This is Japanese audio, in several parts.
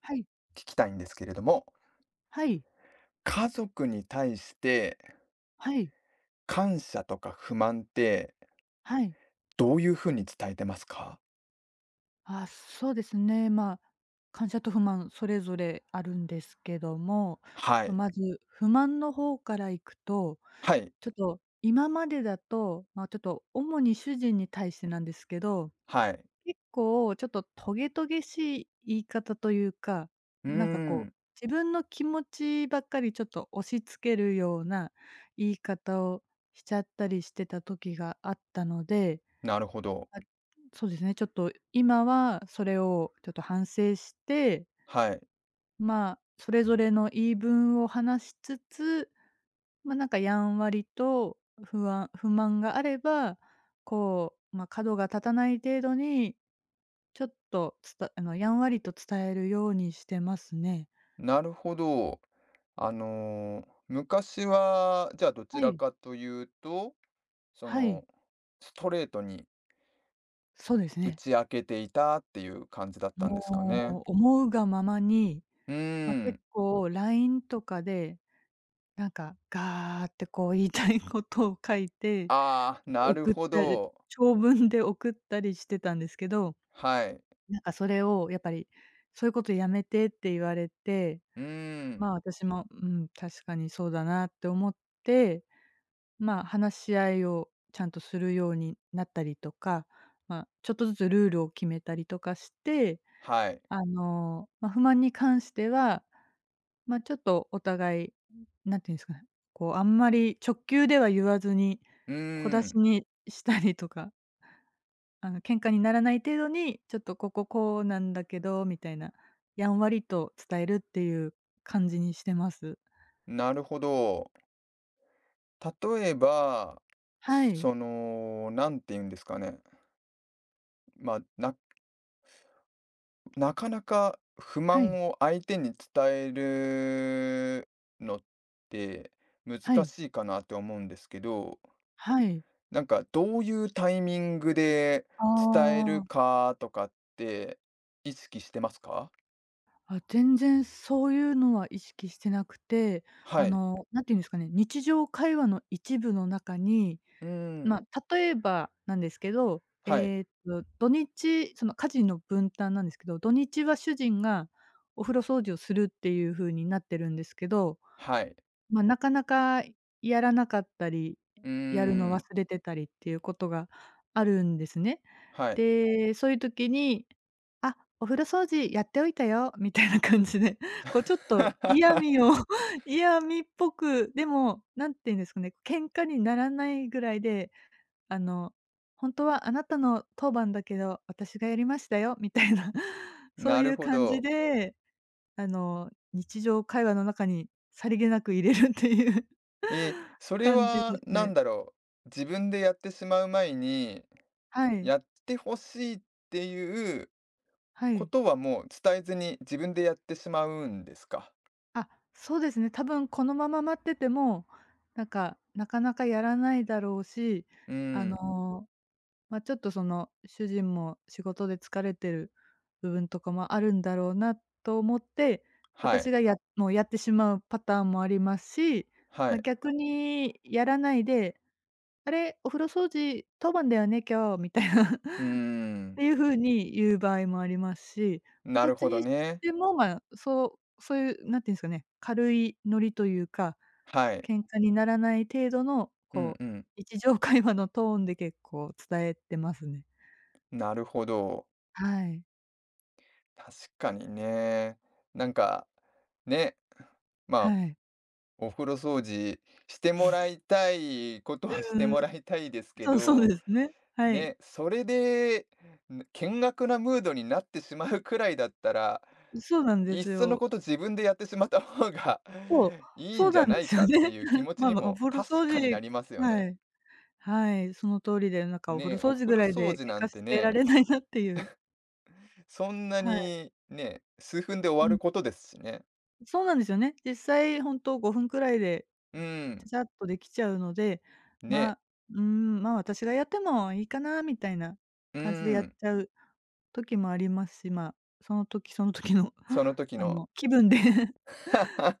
はい、聞きたいんですけれども、はい、家族に対してはい、感謝とか不満ってはい。どういう風に伝えてますか？あ、そうですね、まあ、感謝と不満それぞれあるんですけども、はとい。まず不満の方からいくと、はい。ちょっと、今までだと、まあ、ちょっと主に主人に対してなんですけど、はい。結構ちょっとトゲトゲしい言い方というか、うーなんかこう、ん、自分の気持ちばっかりちょっと押し付けるような言い方をしちゃったりしてた時があったので、なるほど。あ、そうですね、ちょっと今はそれをちょっと反省して、はい。まあ、それぞれの言い分を話しつつ、まあ、なんかやんわりと不安不満があれば、角が立たない程度にちょっとつたあの、やんわりと伝えるようにしてますね。なるほど。あの、昔は、じゃあどちはらい、かというと、そはい、の、ストレートにそうです打ね。ち明けていたっていう感じだったんですかね。もう思うがままに、うーまあ、結ん。構ラインとかで、なんかガーってこう言いたいことを書いてああ、なる送っほたりど。長文で送ったりしてたんですけど、はい。なんかそれをやっぱり「そういうことやめて」って言われて、うーん。まあ、私も、うん、確かにそうだなって思って、まあ、話し合いをちゃんとするようになったりとか、まあ、ちょっとずつルールを決めたりとかして、はい。不満に関しては、ま、ちょっとお互い、何て言うんですかね、こうあんまり直球では言わずに、うー小出しん。にしたりとか、あの、喧嘩にならない程度に、ちょっとこここうなんだけどみたいな、やんわりと伝えるっていう感じにしてます。なるほど。例えば、はい。その、なんて言うんですかね、まあ、なかなか不はい。満を相手に伝えるのって難はい。しいかなと思うんですけど、はい。なんかどういうタイミングであ伝えるあ。かとかって意識してますか？あ、全然そういうのは意識してなくて、はあい。の、何て言うんですかね、日常会話の一部の中に、うーん。ま、例えばなんですけど、はい。えっと、土日、その家事の分担なんですけど、土日は主人がお風呂掃除をするっていう風になってるんですけど、はい。まあ、なかなかやらなかったり、うーやるの忘ん。れてたりっていうことがあるんですね。はい。で、そういう時に、「あ、お風呂掃除やっておいたよ」みたいな感じで、こうちょっと嫌味 を 嫌味っぽく、でも、何て言うんですかね、喧嘩にならないぐらいで、あの、「ほんとはあなたの当番だけど、私がやりましたよ」みたいな、そうないるうほ感じど。で、あの、日常会話の中にさりげなく入れるっていう それ感じではすね。何だろう、自分でやってしまう前に、はい、やってほしいっていうはこい。とはもう伝えずに自分でやってしまうんですか？あ、そうですね、多分このまま待ってても、なんか、なかなかやらないだろうし、うーあん、の、ちょっとその、主人も仕事で疲れてる部分とかもあるんだろうなと思って、はい、私がもうやってしまうパターンもありますし、はまあ、い。逆にやらないで「あれ、お風呂掃除当番だよね、今日」みたいな うー っん、ていう風に言う場合もありますし、まなどっるちほどにしね。ても、まあ、そういう、なんていうんですかね、軽いノリというか、はい。喧嘩にならない程度の、うんこうう、ん、日常会話のトーンで結構伝えてますね。なるほど。はい。確かにね。なんか、ね、まあ、はい。お風呂掃除してもらいたいことはしうてんうん。もらいたいですけそうそうどですね。はい。ね、それで、険悪なムードになってしまうくらいだったら、そうなんでいっすそのよ。こと自分でやってしまった方が そう、いいそんうじなゃんなでいすよかね。っていう気 持ちまあにまあ、おも風呂確掃かにな除、りますよはね。い。はい、その通りで、なんかお風ねえ、呂お掃除風ぐ呂らい掃で除な喧ん嘩てしてらね、れないなっていう。そんなはい。にね、数分で終わうるん。ことですしね。そうなんですよね。実際ほんと5分くらいで、うちん、ゃちゃっとできちゃうので、ね、ま、うーん、ま、私がやってもいいかなみたいなう感じでやっん、ちゃう時もありますし、ま、その時その時の、その 時あの。の、気分で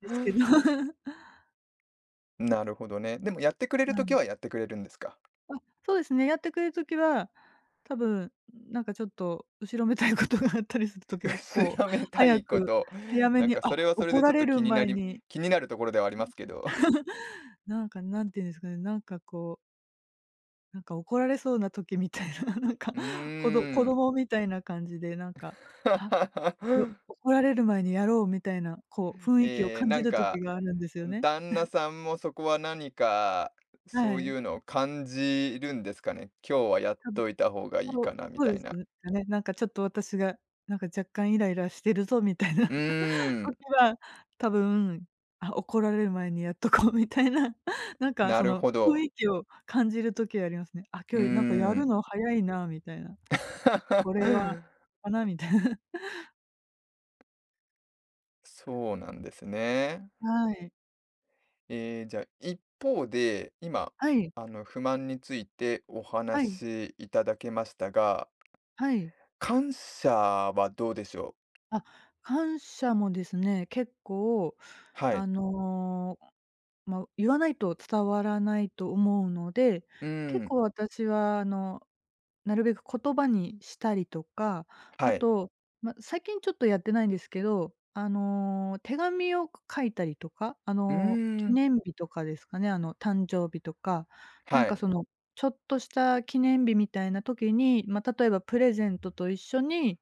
ですけど。なるほどね。でもやってくれはる時い。はやってくれるんですか？あ、そうですね、やってくれるときは、多分、なんかちょっと後ろめたいことがあったりすると、結薄構らめた早いこくと、早めなんに、かそれあ、はそれ怒でちらょっとれる前に、気になるところではありますけど。なんかなんていうんですかね、なんか怒られそうな時みたいな、なんか、うー子ど子ん。供みたいな感じで、なんか、あ、お 怒られる前にやろうみたいな、こう雰囲気を感なじんるか、時があるんですよね。旦那さんもそこは何か、はそういい。うのを感じるんですかね。今日はやっ多分、といた方がいいそうかなみそうたでいすな。かね。なんかちょっと私が、なんか若干イライラしてるぞみたいな。うーん、時は、多分、あ、怒られる前にやっとこうみたいな、なんかなそるのほど。雰囲気を感じる時はありますね。あ、うー今日なんかやるん。の早いなみたいな。これは かなみたいな。そうなんですね。はい。ええ、じゃあ、一方で、今、はい。あの、不満についておは話い。しいただけましたが、はい。感謝はどうでしょう？あ、感謝もですね、結構はい。あの、ま、言わないと伝わらないと思うので、う結ん、構私はあのなるべく言葉にしたりとか、あはい。と、ま、最近ちょっとやってないんですけど、あの、手紙を書いたりとか、あうーの、記ん、念日とかですかね、あの、誕生日とか、なんはかい。その、ちょっとした記念日みたいな時に、ま、例えばプレゼントと一緒に、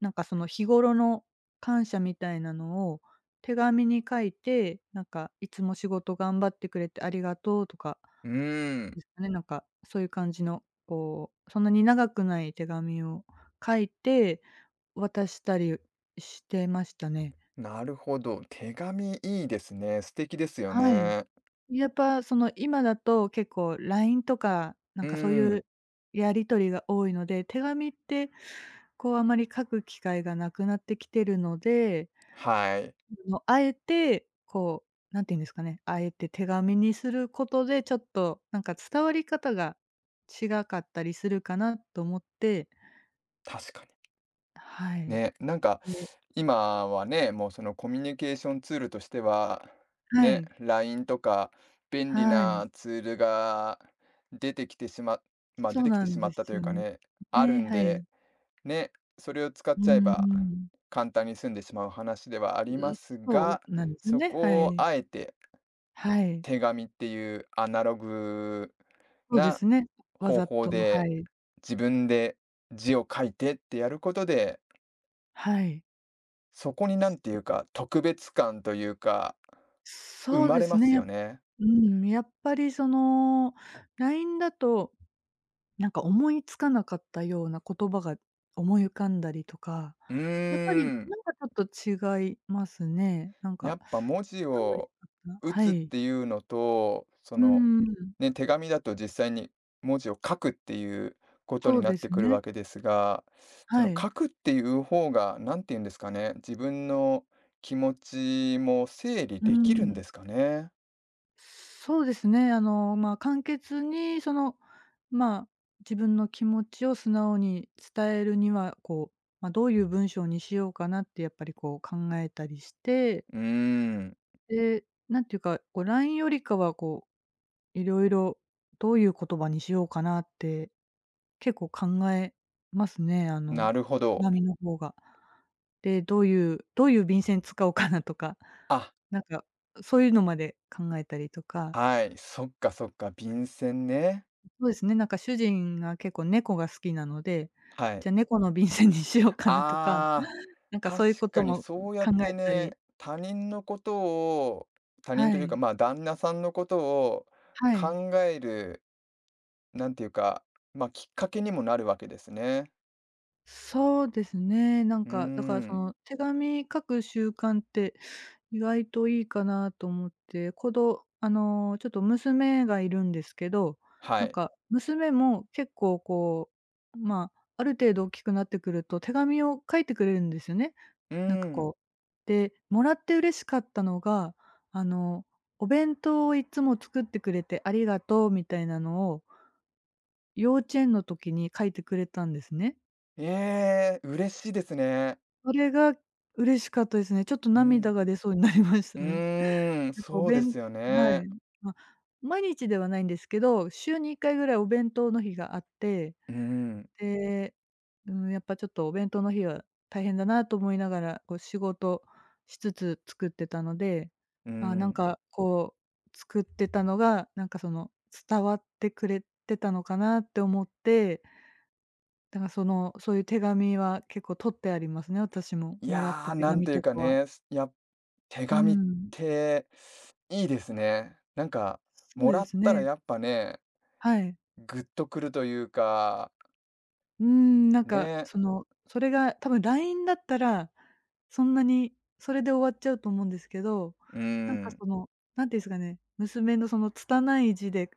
なんかその日頃の感謝みたいなのを手紙に書いて、なんか「いつも仕事頑張ってくれてありがとう」とかうーん、ですかね、なんか、そういう感じの、こう、そんなに長くない手紙を書いて、渡したりしてましたね。なるほど。手紙いいですね。素敵ですよはい。ね。やっぱ、その、今だと結構 LINE とか、なうんかそういん、うやり取りが多いので、手紙って、こう、あまり書く機会がなくなってきてるので、はい。の、あえて、こう、何て言うんですかね、あえて手紙にすることで、ちょっと、なんか伝わり方が違かったりするかなと思って、確かにはね、なんかい。で、今はね、もうそのコミュニケーションツールとしては、はね、い、LINE とか便利はい。なツールが出てきてしま、まあ出そうてきてなしんまでったとすいうよかね。ね、あるね、んはで、い。ね、それを使っうちゃえんばうん。簡単に済んでしまう話ではあう、りますそうが、なんですよそね、はこをい。あえてはい。手紙っていうアナログそうでなすね。わ方ざ法と、はでい。自分で字を書いてってやることではい。そこになんていうそか、特別感というか、生そうまでれすまね、すやよね。うん、やっぱりその、LINE だと、なんか思いつかなかったような言葉が思い浮かんだりとか、うーやっぱりん。なんかちょっと違いますね。なんやかっぱ文字伝わりを方、打はつっい。ていうのと、そうんの、うんうん。ね、手紙だと実際に文字を書くっていうことそにうなっでてすくるね。わけですが、そはのい。書くっていう方が、なんて言うんですかね、自分の気持ちも整理うーできるんでん。すかね？そうですね。あの、まあ、簡潔にその、まあ、自分の気持ちを素直に伝えるには、どういう文章にしようかなってやっぱりこう考えたりして、うーん。で、なんていうか、こう LINE よりかはこういろいろ、どういう言葉にしようかなって、結構考えますね、あの、なるほ手ど。紙の方が。で、どういう便箋使おうかなとか、あ、なんか、そういうのまで考えたりとか、はい、そっか、便箋ね。そうですね、なんか主人が結構猫が好きなので、はい。じゃ猫の便箋にしようかなとか、ああ、なんか確そういうこかとにもそうやっ考てえたり、ね、他人のことを、他人はというか、い、まあ、旦那さんのことをはい。考える、なんていうか、まあ、きっかけにもなるわけですね。そうですね、なんうーか、だからそん、の手紙書く習慣って意外といいかなと思って、こどあの、ちょっと娘がいるんですけど、はなんい。か娘も結構こう、まあ、ある程度大きくなってくると手紙を書いてくれるんですよね。うーなんかん、こう。で、もらって嬉しかったのが、あの、お弁当をいつも作ってくれてありがとうみたいなのを、幼稚園の時に書いてくれたんですね。ええ、嬉しいですね。それが嬉しかったですね。ちょっとう涙ん、が出そうになりましうたね。ーん、やっぱおそうで弁すよはね。い。ま、毎日ではないんですけど、週に1回ぐらいお弁当の日があって、うん、で、うーん、やっぱちょっとお弁当の日は大変だなと思いながら、こう仕事しつつ作ってたので、うああ、なんん。かこう作ってたのが、なんかその伝わってくれてたのかなって思って、だからその、そういう手紙は結構取ってありますね、私も。いもらっやたー、手なん紙ていうとかかは。ね、手うー紙っん。ていいですね。なんか、そうもらでっすたらね。やっぱね、はい。ぐっとくるというか、うーん、なんか、ね、その、それが多分 LINE だったら、そんなにそれで終わっちゃうと思うんですけど、うなんかん、その、何て言うんすかね、娘のその拙い字で、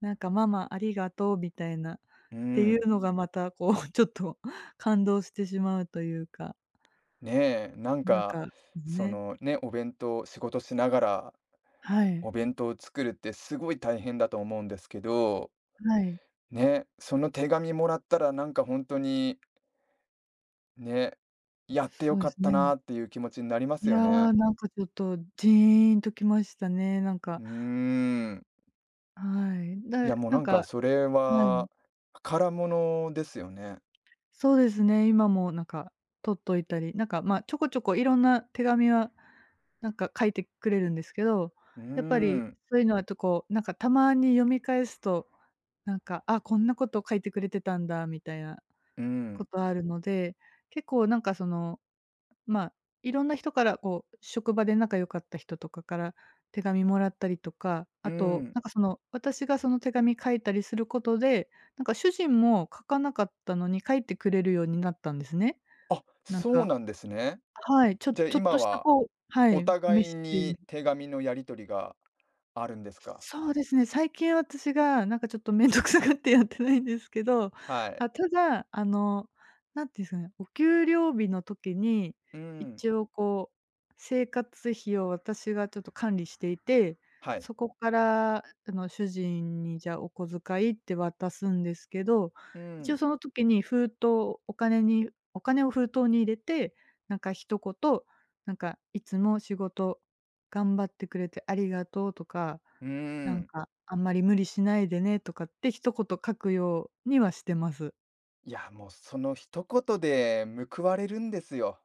なんか「ママありがとう」みたいなっうていうん、のがまたこうちょっと感動してしまうというか、ねえ、なんなんか、かそね、のね、お弁当、仕事しながらはおい、弁当を作るってすごい大変だと思うんですけど、はい、ね、その手紙もらったらなんか本当に、ね、やってよそうかですったね。なっていう気持ちになりまいすよや、ね。なんかちょっとジーンときましたね、なんうーか、ん。はい。いや、で、もうななんんかかそれはい。は宝物ですよね。そうですね、今もなんか取っといたり、なんか、ま、ちょこちょこいろんな手紙は、なんか書いてくれるんですけど、うーやっぱりん。そういうのはとこう、なんかたまに読み返すと、なんか、あ、こんなこと書いてくれてたんだみたいなうん、ことあるので、結構なんかそのまあ、いろんな人からこう、職場で仲良かった人とかから手紙もらったりとか、うあと、ん。なんかその、私がその手紙書いたりすることで、なんか主人も書かなかったのに書いてくれるようになったんですね。あ、なんそうかなんですね。はい、ちょじゃあちょっと今したはこうはおい、メッ互いセージに手紙のやり取りがあるんですか？そうですね、最近私がなんかちょっと面倒くさがってやってないんですけど、はい。あ、ただ、あの、なんていうんですかね、お給料日の時に、うん、一応こう、生活費を私がちょっと管理していて、はい。そこから、あの、主人にじゃあお小遣いって渡すんですけど、う一応ん、その時に封筒お金を封筒に入れて、なんか一言、なんか「いつも仕事頑張ってくれてありがとう」とかうーなんん。か、あんまり無理しないでねとかって一言書くようにはしてます。いや、もうその一言で報われるんですよ。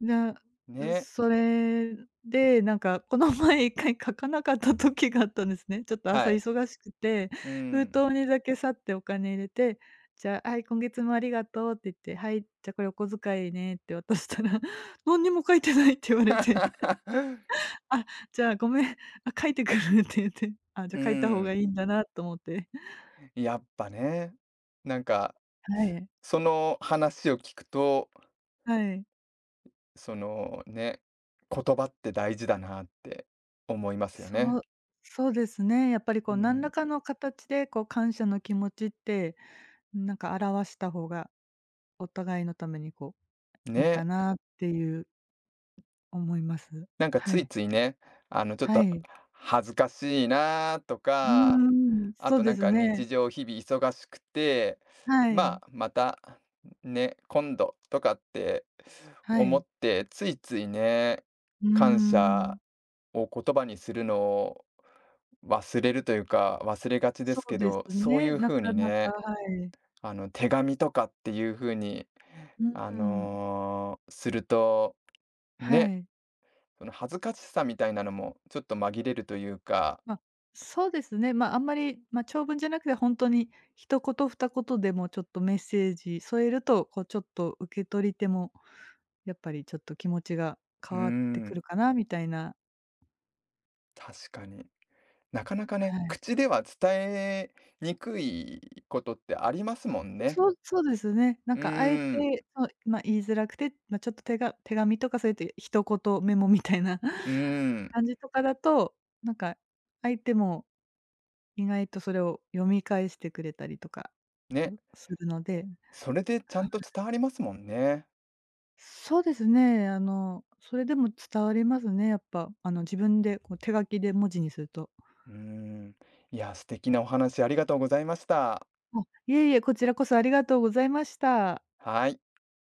で、ね、それで、なんかこの前 一回書かなかった時があったんですね。ちょっとは朝い。忙しくて、う封ん。筒にだけ去ってお金入れて、じゃあ、はい、今月もありがとうって言って、はい、じゃあこれお小遣いねって渡したら、何にも書いてないって言われて、あ、じゃあごめん、あ、書いてくるって言って、あ、じゃうあ書いた方がん、いいんだなと思って。やっぱね、なんか、はい。その話を聞くとはい。そのね、言葉って大事だなって思いますよね。そう、そうですね。やっぱりうこう何らん。かの形でこう感謝の気持ちって、なんか表した方がお互いのためにこういいかね。なっていう思います。なんかはついい。ついね、あのちょっはとい。恥ずかしいなとうか、ーん、あそとうなでんすかね。日常日々忙しくて、はまい。あ、またね、今度とかっては思い。って、ついついね、うー感謝ん。を言葉にするのを忘れるというか、忘れがちでそすうけですど、そういね、うな風かになか、ね、はい。あの、手紙とかっていう風に、うーあん、の、すると、はね、い。その恥ずかしさみたいなのもちょっと紛れるというか、ま、そうですね、ま、あんまり、ま、長文じゃなくてほんとに一言二言でもちょっとメッセージ添えると、こうちょっと受け取り手もやっぱりちょっと気持ちがうー変わってくん、るかなみたいな確かに。なかなかはね、い。口では伝えにくいことってありますもんね。そうそうですね。なうんーかあえん、て、そう、ま、言いづらくて、ま、ちょっと手紙とかそうやって一言メモみたいな うー ん、感じとかだと、なんか相手も意外とそれを読み返してくれたりとかね、するのでそれでちゃんと伝わりますもんね。そうですね。あの、それでも伝わりますね、やっぱ。あの、自分でこう手書きで文字にすると。うーん、いや、素敵なお話ありがとうございました。あ、いえいえ、こちらこそありがとうございました。はい。